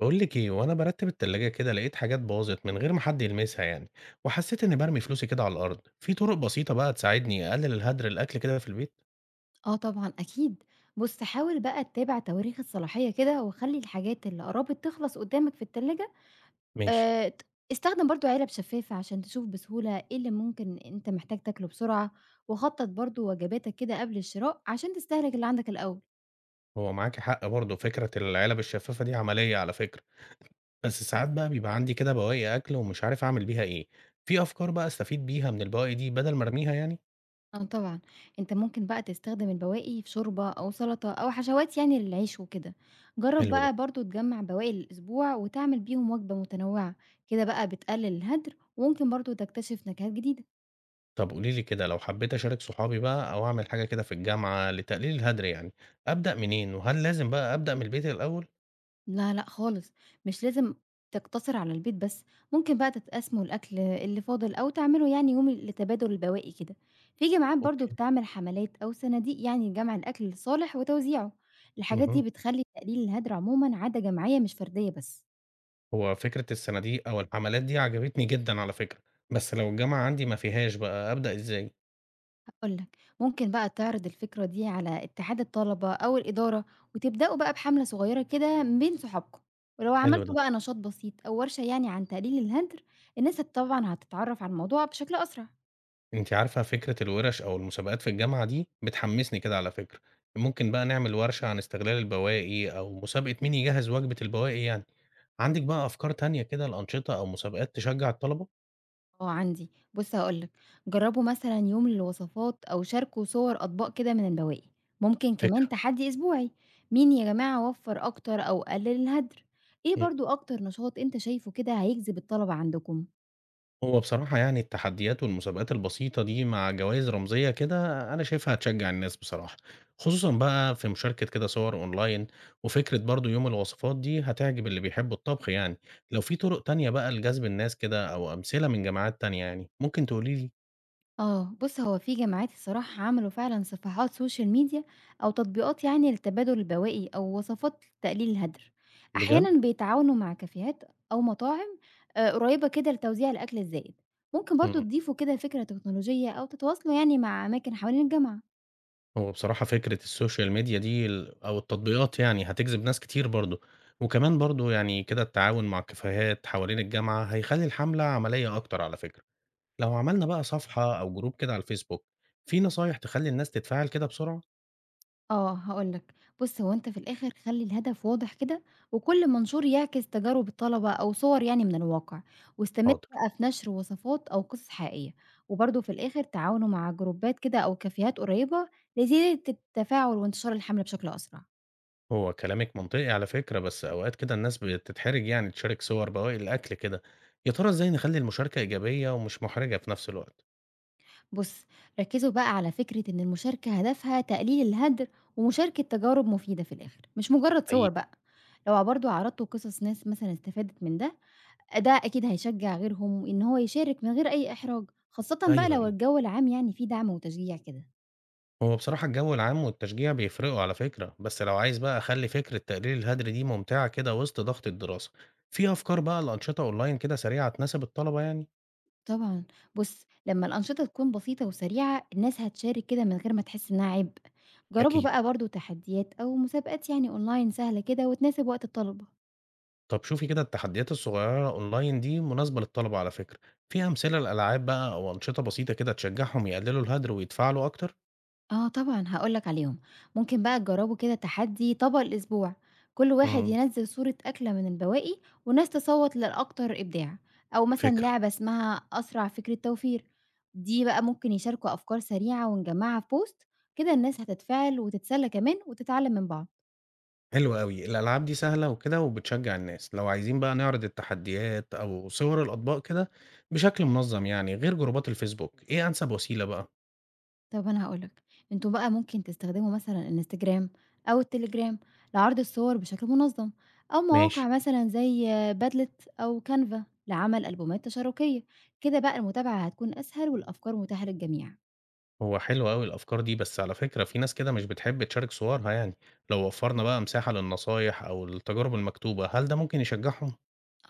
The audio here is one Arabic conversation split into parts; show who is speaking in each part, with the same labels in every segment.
Speaker 1: باقول لِك إيه، وأنا بارتّب التلاجة كده لقيت حاجات باظت من غير ما حد يلمسها يعني، وحسيت إني بارمي فلوسي كده على الأرض. في طرق بسيطة بقى تساعدني أقلل الهدر الأكل كده في البيت؟
Speaker 2: آه طبعًا أكيد، بُص حاول بقى تتابع تواريخ الصلاحية كده، وخلّي الحاجات اللي قربت تخلص قدامك في التلاجة.
Speaker 1: ماشي.
Speaker 2: ت استخدم برضه علب شفافة عشان تشوف بسهولة إيه اللي ممكن أنت محتاج تاكله بسرعة، وخطط برضه وجباتك كده قبل الشراء عشان تستهلك اللي عندك الأول.
Speaker 1: هو معاكِ حق برضه، فكرة العلب الشفافة دي عملية على فكرة، بس ساعات بقى بيبقى عندي كده بواقي أكل ومش عارف أعمل بيها إيه. في أفكار بقى أستفيد بيها من البواقي دي بدل ما أرميها يعني؟
Speaker 2: آه طبعًا، أنت ممكن بقى تستخدم البواقي في شوربة أو سلطة أو حشوات يعني للعيش وكده. جرب
Speaker 1: حلو ده.
Speaker 2: بقى برضه تجمّع بواقي الأسبوع وتعمل بيهم وجبة متنوعة، كده بقى بتقلل الهدر وممكن برضه تكتشف نكهات جديدة.
Speaker 1: طب قولي لي كده، لو حبيت أشارك صحابي بقى أو أعمل حاجة كده في الجامعة لتقليل الهدر يعني، أبدأ منين وهل لازم بقى أبدأ من البيت الأول؟
Speaker 2: لا، لأ خالص، مش لازم تقتصر على البيت بس، ممكن بقى تتقسموا الأكل اللي فاضل أو تعملوا يعني يوم لتبادل البواقي كده، في جمعيات برضه
Speaker 1: أوكي.
Speaker 2: بتعمل حملات أو صناديق يعني لجمع الأكل الصالح وتوزيعه، الحاجات دي
Speaker 1: اهم.
Speaker 2: بتخلي تقليل الهدر عمومًا عادة جماعية مش فردية بس،
Speaker 1: هو فكرة الصناديق أو الحملات دي عجبتني جدًا على فكرة، بس لو الجامعة عندي ما فيهاش بقى أبدأ إزاي؟
Speaker 2: هاقول لك ممكن بقى تعرض الفكرة دي على اتحاد الطلبة أو الإدارة وتبدأوا بقى بحملة صغيرة كده بين صحابكم، ولو
Speaker 1: حلو
Speaker 2: عملتوا
Speaker 1: ده.
Speaker 2: بقى نشاط بسيط أو ورشة يعني عن تقليل الهدر، الناس طبعًا هتتعرف على الموضوع بشكل أسرع.
Speaker 1: أنتِ عارفة، فكرة الورش أو المسابقات في الجامعة دي بتحمسني كده على فكرة، ممكن بقى نعمل ورشة عن استغلال البواقي أو مسابقة مين يجهز وجبة البواقي يعني. عندِك بقى أفكار تانية كده لأنشطة أو مسابقات تشجع الطلبة؟
Speaker 2: آه عندي، بُص هاقول لك، جرّبوا مثلًا يوم للوصفات أو شاركوا صور أطباق كده من البواقي، ممكن كمان
Speaker 1: فكرة.
Speaker 2: تحدي أسبوعي، مين يا جماعة وفّر أكتر أو قلّل الهدر، إيه
Speaker 1: إمم.
Speaker 2: برضه أكتر نشاط أنت شايفه كده هيجذب الطلبة عندكم؟
Speaker 1: هو بصراحة يعني التحديات والمسابقات البسيطة دي مع جوائز رمزية كده، أنا شايفها هتشجع الناس بصراحة، خصوصا بقى في مشاركة كده صور أونلاين. وفكرة برضو يوم الوصفات دي هتعجب اللي بيحبوا الطبخ يعني. لو في طرق تانية بقى لجذب الناس كده أو أمثلة من جامعات تانية يعني، ممكن تقوليلي؟
Speaker 2: آه، بُص هو في جامعات الصراحة عملوا فعلًا صفحات social media أو تطبيقات يعني لتبادل البواقي أو وصفات لتقليل الهدر،
Speaker 1: بجد؟
Speaker 2: أحيانًا بيتعاونوا مع كافيهات أو مطاعم قريبة كده لتوزيع الأكل الزائد، ممكن برضه
Speaker 1: مم.
Speaker 2: تضيفوا كده فكرة تكنولوجية أو تتواصلوا يعني مع أماكن حوالين الجامعة.
Speaker 1: هو بصراحة فكرة السوشيال ميديا دي أو التطبيقات يعني هتجذب ناس كتير برضو، وكمان برضو يعني كده التعاون مع كافيهات حوالين الجامعة هيخلي الحملة عملية أكتر على فكرة. لو عملنا بقى صفحة أو جروب كده على الفيسبوك، في نصايح تخلي الناس تتفاعل كده بسرعة؟
Speaker 2: آه، هاقول لك، بُص هو أنت في الآخر خلّي الهدف واضح كده، وكل منشور يعكس تجارب الطلبة أو صور يعني من الواقع، واستمر
Speaker 1: حاضر.
Speaker 2: بقى في نشر وصفات أو قصص حقيقية، وبرضه في الآخر تعاونوا مع جروبات كده أو كافيهات قريبة لزيادة التفاعل وانتشار الحملة بشكل أسرع.
Speaker 1: هو كلامك منطقي على فكرة، بس أوقات كده الناس بتتحرج يعني تشارك صور بواقي الأكل كده. يا ترى إزاي نخلي المشاركة إيجابية ومش محرجة في نفس الوقت؟
Speaker 2: بُص، ركّزوا بقى على فكرة إن المشاركة هدفها تقليل الهدر ومشاركة تجارب مفيدة في الآخر، مش مجرد صور
Speaker 1: حقيقي.
Speaker 2: بقى. لو برضه عرضتوا قصص ناس مثلًا استفادت من ده، ده أكيد هيشجّع غيرهم إن هو يشارك من غير أي إحراج، خاصةً بقى
Speaker 1: أيوه،
Speaker 2: لو
Speaker 1: أيوه.
Speaker 2: الجو العام يعني فيه دعم وتشجيع كده.
Speaker 1: هو بصراحة الجو العام والتشجيع بيفرقوا على فكرة، بس لو عايز بقى أخلي فكرة تقليل الهدر دي ممتعة كده وسط ضغط الدراسة، في أفكار بقى لأنشطة أونلاين كده سريعة تناسب الطلبة يعني؟
Speaker 2: طبعًا، بُص لمّا الأنشطة تكون بسيطة وسريعة، الناس هتشارك كده من غير ما تحس إنها عبء. جرّبوا
Speaker 1: أكيد.
Speaker 2: بقى برضه تحديات أو مسابقات يعني أونلاين سهلة كده وتناسب وقت الطلبة.
Speaker 1: طب شوفي كده، التحديات الصغيرة أونلاين دي مناسبة للطلبة على فكرة، في أمثلة لألعاب بقى أو أنشطة بسيطة كده تشجعهم يقللوا الهدر ويتفاعلوا أكتر؟
Speaker 2: آه طبعًا هاقول لك عليهم، ممكن بقى تجرّبوا كده تحدّي طبق الأسبوع، كل واحد
Speaker 1: امم
Speaker 2: ينزّل صورة أكلة من البواقي والناس تصوّت للأكتر إبداع، أو مثلًا
Speaker 1: فكرة.
Speaker 2: لعبة اسمها أسرع فكرة توفير، دي بقى ممكن يشاركوا أفكار سريعة ونجمّعها في post، كده الناس هتتفاعل وتتسلى كمان وتتعلّم من بعض.
Speaker 1: حلو قوي الألعاب دي، سهلة وكده وبتشجع الناس. لو عايزين بقى نعرض التحديات أو صور الأطباق كده بشكل منظم يعني غير جروبات الفيسبوك، إيه أنسب وسيلة بقى؟
Speaker 2: طب أنا هاقول لك، أنتم بقى ممكن تستخدموا مثلًا الإنستجرام أو التليجرام لعرض الصور بشكل منظم، أو
Speaker 1: ماشي.
Speaker 2: مواقع مثلًا زي Padlet أو Canva لعمل ألبومات تشاركية، كده بقى المتابعة هتكون أسهل والأفكار متاحة للجميع.
Speaker 1: هو حلو قوي الأفكار دي، بس على فكرة في ناس كده مش بتحب تشارك صورها يعني. لو وفرنا بقى مساحة للنصايح أو التجارب المكتوبة، هل ده ممكن يشجعهم؟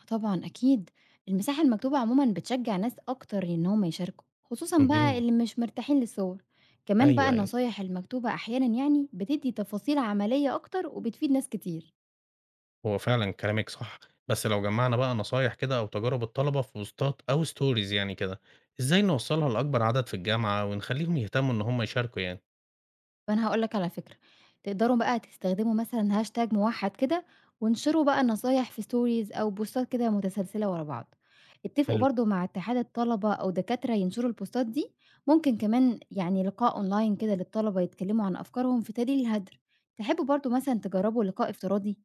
Speaker 2: آه طبعًا أكيد، المساحة المكتوبة عمومًا بتشجع ناس أكتر إن هم يشاركوا، خصوصًا بقى
Speaker 1: امم
Speaker 2: اللي مش مرتاحين للصور. كمان بقى
Speaker 1: أيوه، أيوه.
Speaker 2: النصايح المكتوبة أحيانًا يعني بتدي تفاصيل عملية أكتر وبتفيد ناس كتير.
Speaker 1: هو فعلًا كلامِك صح، بس لو جمّعنا بقى نصايح كده أو تجارب الطلبة في بوستات أو stories يعني كده، إزاي نوصّلها لأكبر عدد في الجامعة ونخلّيهم يهتموا إن هم يشاركوا يعني؟
Speaker 2: فأنا هاقول لك على فكرة، تقدروا بقى تستخدموا مثلًا hashtag موحّد كده، وانشروا بقى النصايح في stories أو بوستات كده متسلسلة ورا بعض. اتفقوا
Speaker 1: حلو.
Speaker 2: برضه مع اتحاد الطلبة أو دكاترة ينشروا البوستات دي، ممكن كمان يعني لقاء أونلاين كده للطلبة يتكلموا عن أفكارهم في دليل الهدر. تحبوا برضه مثلًا تجربوا لقاء افتراضي؟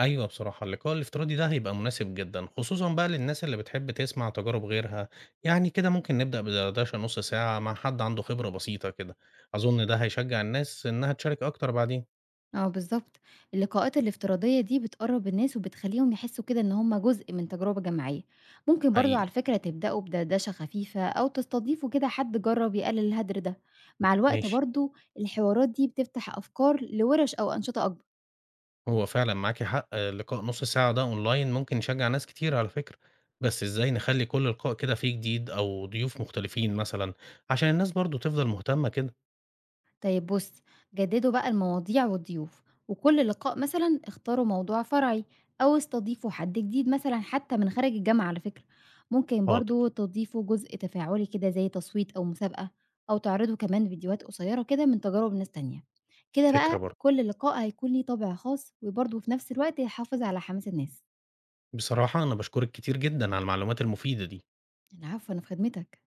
Speaker 1: أيوه بصراحة اللقاء الافتراضي ده هيبقى مناسب جدًا، خصوصًا بقى للناس اللي بتحب تسمع تجارب غيرها. يعني كده ممكن نبدأ بدردشة نُص ساعة مع حد عنده خبرة بسيطة كده، أظن ده هيشجّع الناس إنها تشارك أكتر بعدين.
Speaker 2: آه بالضبط، اللقاءات الافتراضية دي بتقرّب الناس وبتخلّيهم يحسّوا كده إن هم جزء من تجربة جماعية، ممكن برضه
Speaker 1: حقيقي.
Speaker 2: على فكرة تبدأوا بدردشة خفيفة أو تستضيفوا كده حد جرّب يقلل الهدر ده، مع الوقت
Speaker 1: ماشي.
Speaker 2: برضه الحوارات دي بتفتح أفكار لوِرش أو أنشطة أكبر.
Speaker 1: هو فعلًا معاكِ حق. آه، لقاء نُص ساعة ده أونلاين ممكن يشجّع ناس كتير على فكرة، بس إزاي نخلّي كل لقاء كده فيه جديد أو ضيوف مختلفين مثلًا، عشان الناس برضه تفضل مهتمة كده؟
Speaker 2: طيب بص، جددوا بقى المواضيع والضيوف، وكل لقاء مثلا اختاروا موضوع فرعي أو استضيفوا حد جديد مثلا حتى من خارج الجامعة على فكرة. ممكن
Speaker 1: حاضر.
Speaker 2: برضو تضيفوا جزء تفاعلي كده زي تصويت أو مسابقة أو تعرضوا كمان فيديوهات قصيرة كده من تجارب ناس تانية، كده
Speaker 1: فكرة
Speaker 2: بقى
Speaker 1: برضه.
Speaker 2: كل لقاء هيكون ليه طابع خاص وبرضه في نفس الوقت يحافظ على حماس الناس.
Speaker 1: بصراحة أنا باشكرِك كتير جدًا على المعلومات المفيدة دي.
Speaker 2: العفو، أنا في خدمتك.